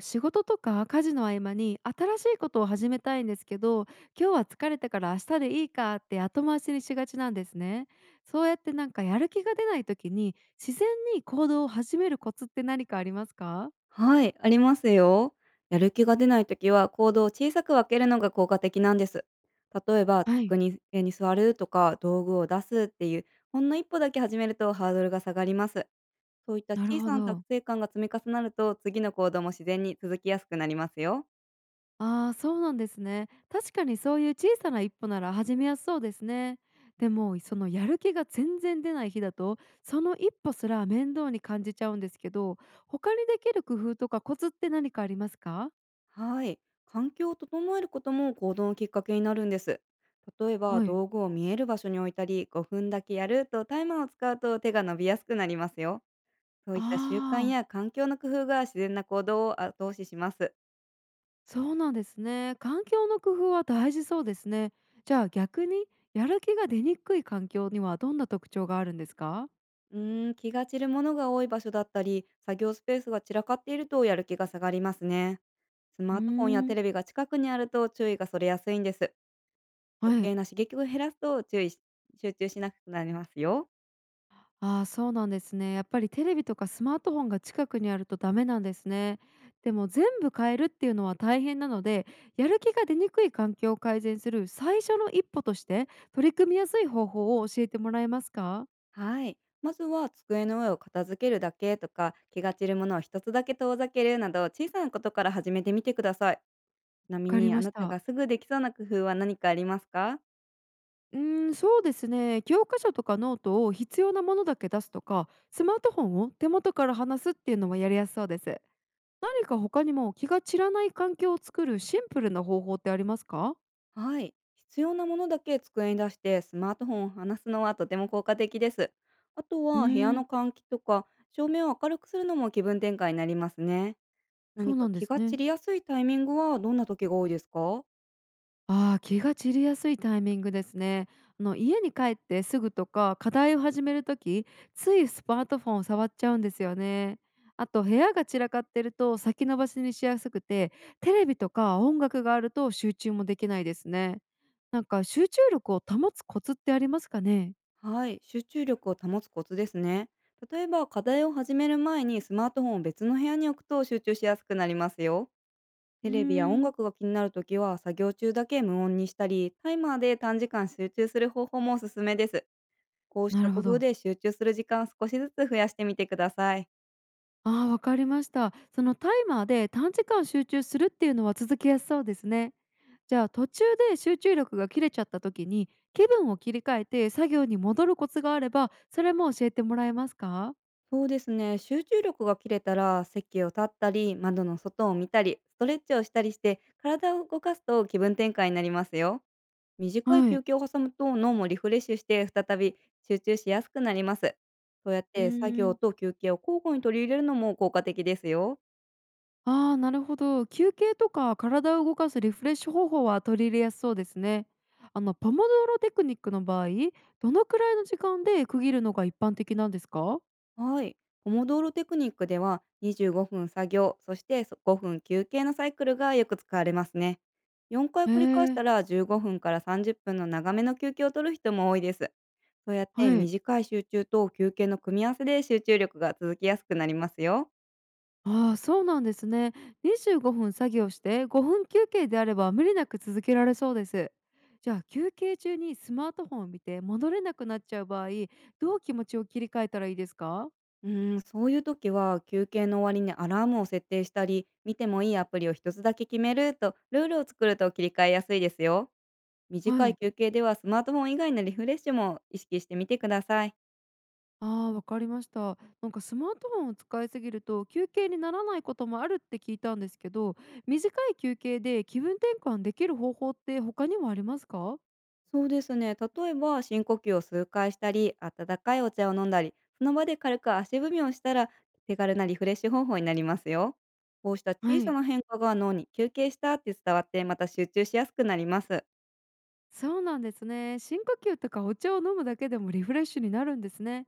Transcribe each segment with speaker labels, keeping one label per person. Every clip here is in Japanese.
Speaker 1: 仕事とか家事の合間に新しいことを始めたいんですけど、今日は疲れたから明日でいいかって後回しにしがちなんですね。そうやってやる気が出ない時に、自然に行動を始めるコツって何かありますか？
Speaker 2: はい、ありますよ。やる気が出ないときは行動を小さく分けるのが効果的なんです。例えば、
Speaker 1: はい、
Speaker 2: 机に座るとか、道具を出すっていう、ほんの一歩だけ始めるとハードルが下がります。そういった
Speaker 1: なる
Speaker 2: 小
Speaker 1: ほ
Speaker 2: さな達
Speaker 1: ど。
Speaker 2: 成感が積み重なると、次の行動も自然に続きやすくなりますよ。
Speaker 1: ああー、そうなんですね。確かにそういう小さな一歩なら始めやすそうですね。でも、そのやる気が全然出ない日だと、その一歩すら面倒に感じちゃうんですけど、他にできる工夫とかコツって何かありますか？
Speaker 2: はい、環境を整えることも行動のきっかけになるんです。例えば、
Speaker 1: はい。
Speaker 2: 道具を見える場所に置いたり、5分だけやるとタイマーを使うと手が伸びやすくなりますよ。そうい
Speaker 1: あ
Speaker 2: った習慣
Speaker 1: あ、
Speaker 2: や環境の工夫が自然な行動を後押しします。
Speaker 1: そうなんですね。環境の工夫は大事そうですね。じゃあ逆に、やる気が出にくい環境にはどんな特徴があるんですか？
Speaker 2: 気が散るものが多い場所だったり、作業スペースが散らかっているとやる気が下がりますね。ス
Speaker 1: う
Speaker 2: マ
Speaker 1: ー
Speaker 2: ートフォンやテ
Speaker 1: ん
Speaker 2: レビが近くにあると注意がそれやすいんです。余
Speaker 1: はい。
Speaker 2: 計な刺激を減らすと注意し集中しなくなりますよ。
Speaker 1: ああ、そうなんですね。やっぱりテレビとかスマートフォンが近くにあるとダメなんですね。でも、全部変えるっていうのは大変なので、やる気が出にくい環境を改善する最初の一歩として取り組みやすい方法を教えてもらえますか？わ
Speaker 2: はい。まずは机の上を片付けるだけとか、気が散るものを一つだけ遠ざけるなど、小さなことから始めてみてください。ちなみ
Speaker 1: かり
Speaker 2: にあ
Speaker 1: まし
Speaker 2: なた
Speaker 1: た。
Speaker 2: がすぐできそうな工夫は何かありますか？
Speaker 1: うーん、そうですね。教科書とかノートを必要なものだけ出すとか、スマートフォンを手元から離すっていうのはやりやすそうです。何か他にも気が散らない環境を作るシンプルな方法ってありますか？
Speaker 2: はい。必要なものだけ机に出してスマートフォンを離すのはとても効果的です。あと
Speaker 1: うー
Speaker 2: は部屋
Speaker 1: ん
Speaker 2: の換気とか照明を明るくするのも気分転換になりますね。
Speaker 1: そ
Speaker 2: 何
Speaker 1: う
Speaker 2: か
Speaker 1: なんで
Speaker 2: 気
Speaker 1: す
Speaker 2: が散
Speaker 1: ね。
Speaker 2: りやすいタイミングはどんな時が多いですか？
Speaker 1: ああ、気が散りやすいタイミングですね。あの、家に帰ってすぐとか課題を始めるとき、ついスマートフォンを触っちゃうんですよね。あと、部屋が散らかってると先延ばしにしやすくて、テレビとか音楽があると集中もできないですね。集中力を保つコツってありますかね？
Speaker 2: はい。集中力を保つコツですね。例えば課題を始める前にスマートフォンを別の部屋に置くと集中しやすくなりますよ。テ
Speaker 1: うー
Speaker 2: レビや音
Speaker 1: ん
Speaker 2: 楽が気になるときは作業中だけ無音にしたり、タイマーで短時間集中する方法もおすすめです。こうし
Speaker 1: な
Speaker 2: た
Speaker 1: る
Speaker 2: 工
Speaker 1: ほ
Speaker 2: 夫
Speaker 1: ど。
Speaker 2: で集中する時間を少しずつ増やしてみてください。
Speaker 1: ああ、わかりました。そのタイマーで短時間集中するっていうのは続けやすそうですね。じゃあ、途中で集中力が切れちゃった時に気分を切り替えて作業に戻るコツがあれば、それも教えてもらえますか？
Speaker 2: そうですね。集中力が切れたら、席を立ったり、窓の外を見たり、ストレッチをしたりして、体を動かすと気分転換になりますよ。短い
Speaker 1: はい。
Speaker 2: 休憩を挟むと脳もリフレッシュして再び集中しやすくなります。そうやっ
Speaker 1: う
Speaker 2: て作
Speaker 1: ー
Speaker 2: 業
Speaker 1: ん。
Speaker 2: と休憩を交互に取り入れるのも効果的ですよ。
Speaker 1: ああ、なるほど。休憩とか体を動かすリフレッシュ方法は取り入れやすそうですね。あのポモドーロテクニックの場合、どのくらいの時間で区切るのが一般的なんですか？
Speaker 2: はい。ポモドーロテクニックでは25分作業、そして5分休憩のサイクルがよく使われますね。4回
Speaker 1: へ
Speaker 2: 繰り返した
Speaker 1: え、
Speaker 2: ら15分から30分の長めの休憩を取る人も多いです。そうやって
Speaker 1: はい。
Speaker 2: 短い集中と休憩の組み合わせで集中力が続きやすくなりますよ。
Speaker 1: ああ、そうなんですね。25分作業して5分休憩であれば無理なく続けられそうです。じゃあ、休憩中にスマートフォンを見て戻れなくなっちゃう場合、どう気持ちを切り替えたらいいですか？
Speaker 2: そういう時は休憩の終わりにアラームを設定したり、見てもいいアプリを一つだけ決めるとルールを作ると切り替えやすいですよ。
Speaker 1: は
Speaker 2: 短い
Speaker 1: い。
Speaker 2: 休憩ではスマートフォン以外のリフレッシュも意識してみてください。
Speaker 1: ああ、わかりました。スマートフォンを使いすぎると休憩にならないこともあるって聞いたんですけど、短い休憩で気分転換できる方法って他にもありますか？
Speaker 2: そうですね。例えば、深呼吸を数回したり、温かいお茶を飲んだり、その場で軽く足踏みをしたら、手軽なリフレッシュ方法になりますよ。こうした小
Speaker 1: は
Speaker 2: さ
Speaker 1: い。
Speaker 2: な変化が脳に休憩したって伝わって、また集中しやすくなります。
Speaker 1: そうなんですね。深呼吸とかお茶を飲むだけでもリフレッシュになるんですね。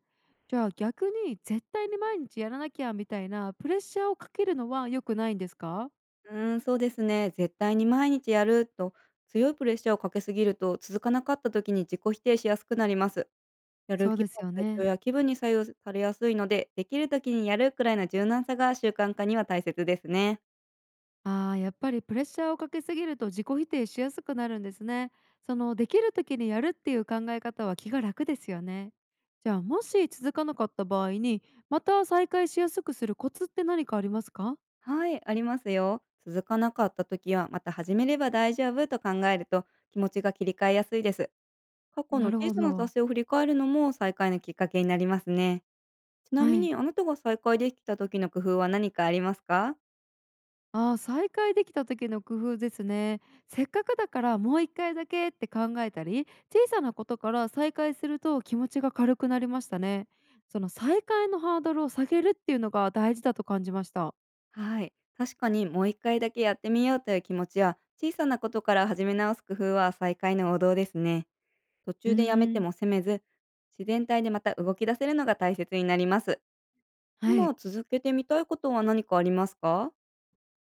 Speaker 1: じゃあ逆に、絶対に毎日やらなきゃみたいなプレッシャーをかけるのは良くないんですか？
Speaker 2: うーん、そうですね。絶対に毎日やると、強いプレッシャーをかけすぎると、続かなかった時に自己否定しやすくなります。やる
Speaker 1: そう
Speaker 2: 気
Speaker 1: です
Speaker 2: は
Speaker 1: よ
Speaker 2: 体調
Speaker 1: ね。
Speaker 2: や気分に左右されやすいので、できる時にやるくらいの柔軟さが習慣化には大切ですね。
Speaker 1: ああ、やっぱりプレッシャーをかけすぎると自己否定しやすくなるんですね。そのできる時にやるっていう考え方は気が楽ですよね。じゃあ、もし続かなかった場合に、また再開しやすくするコツって何かありますか？
Speaker 2: はい、ありますよ。続かなかった時は、また始めれば大丈夫と考えると気持ちが切り替えやすいです。過去の
Speaker 1: なる
Speaker 2: 小
Speaker 1: ほ
Speaker 2: さな
Speaker 1: ど。
Speaker 2: 達成を振り返るのも再開のきっかけになりますね。ちな
Speaker 1: は
Speaker 2: みに、
Speaker 1: い。
Speaker 2: あなたが再開できた時の工夫は何かありますか？
Speaker 1: ああ、再会できた時の工夫ですね。せっかくだからもう一回だけって考えたり、小さなことから再会すると気持ちが軽くなりましたね。その再会のハードルを下げるっていうのが大事だと感じました。
Speaker 2: はい、確かにもう一回だけやってみようという気持ちや、小さなことから始め直す工夫は再開の王道ですね。途
Speaker 1: う
Speaker 2: 中でやめ
Speaker 1: ー
Speaker 2: て
Speaker 1: ん、
Speaker 2: も責めず、自然体でまた動き出せるのが大切になります。
Speaker 1: はい。
Speaker 2: 今続けてみたいことは何かありますか？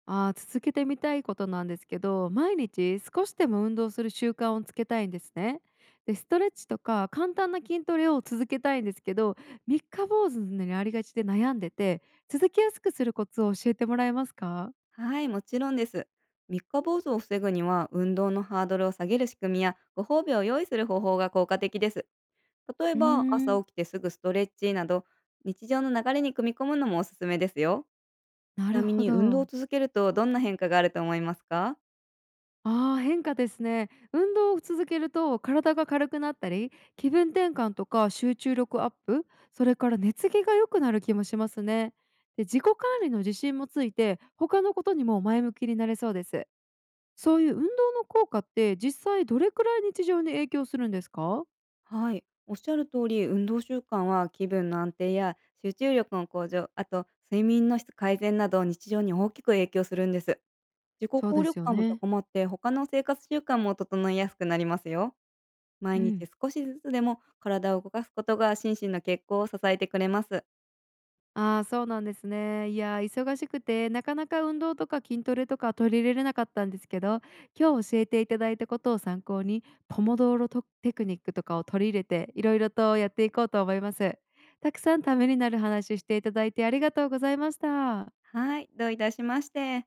Speaker 1: ああ、続けてみたいことなんですけど、毎日少しでも運動する習慣をつけたいんですね。で、ストレッチとか簡単な筋トレを続けたいんですけど、三日坊主になりがちで悩んでて、続けやすくするコツを教えてもらえますか？
Speaker 2: はい、もちろんです。三日坊主を防ぐには、運動のハードルを下げる仕組みや、ご褒美を用意する方法が効果的です。例え
Speaker 1: うー
Speaker 2: ば、
Speaker 1: ん、
Speaker 2: 朝起きてすぐストレッチなど、日常の流れに組み込むのもおすすめですよ。
Speaker 1: な
Speaker 2: ちな
Speaker 1: る
Speaker 2: み
Speaker 1: ほ
Speaker 2: に、運動
Speaker 1: ど。
Speaker 2: を続けると、どんな変化があると思いますか？
Speaker 1: ああ、変化ですね。運動を続けると体が軽くなったり、気分転換とか集中力アップ、それから寝つきが良くなる気もしますね。で、自己管理の自信もついて、他のことにも前向きになれそうです。そういう運動の効果って実際どれくらい日常に影響するんですか？
Speaker 2: はい、おっしゃる通り、運動習慣は気分の安定や集中力の向上、あと睡眠の質改善など、日常に大きく影響するんです。自己
Speaker 1: そう
Speaker 2: 効
Speaker 1: です
Speaker 2: 力
Speaker 1: よ
Speaker 2: 感も
Speaker 1: ね。
Speaker 2: 高まって、他の生活習慣も整いやすくなりますよ。
Speaker 1: う
Speaker 2: 毎日
Speaker 1: ん。
Speaker 2: 少しずつでも体を動かすことが心身の血行を支えてくれます。
Speaker 1: ああ、そうなんですね。いやー、忙しくて、なかなか運動とか筋トレとか取り入れれなかったんですけど、今日教えていただいたことを参考に、ポモドーロとテクニックとかを取り入れて、いろいろとやっていこうと思います。たくさんためになる話していただいてありがとうございました。
Speaker 2: はい、どういたしまして。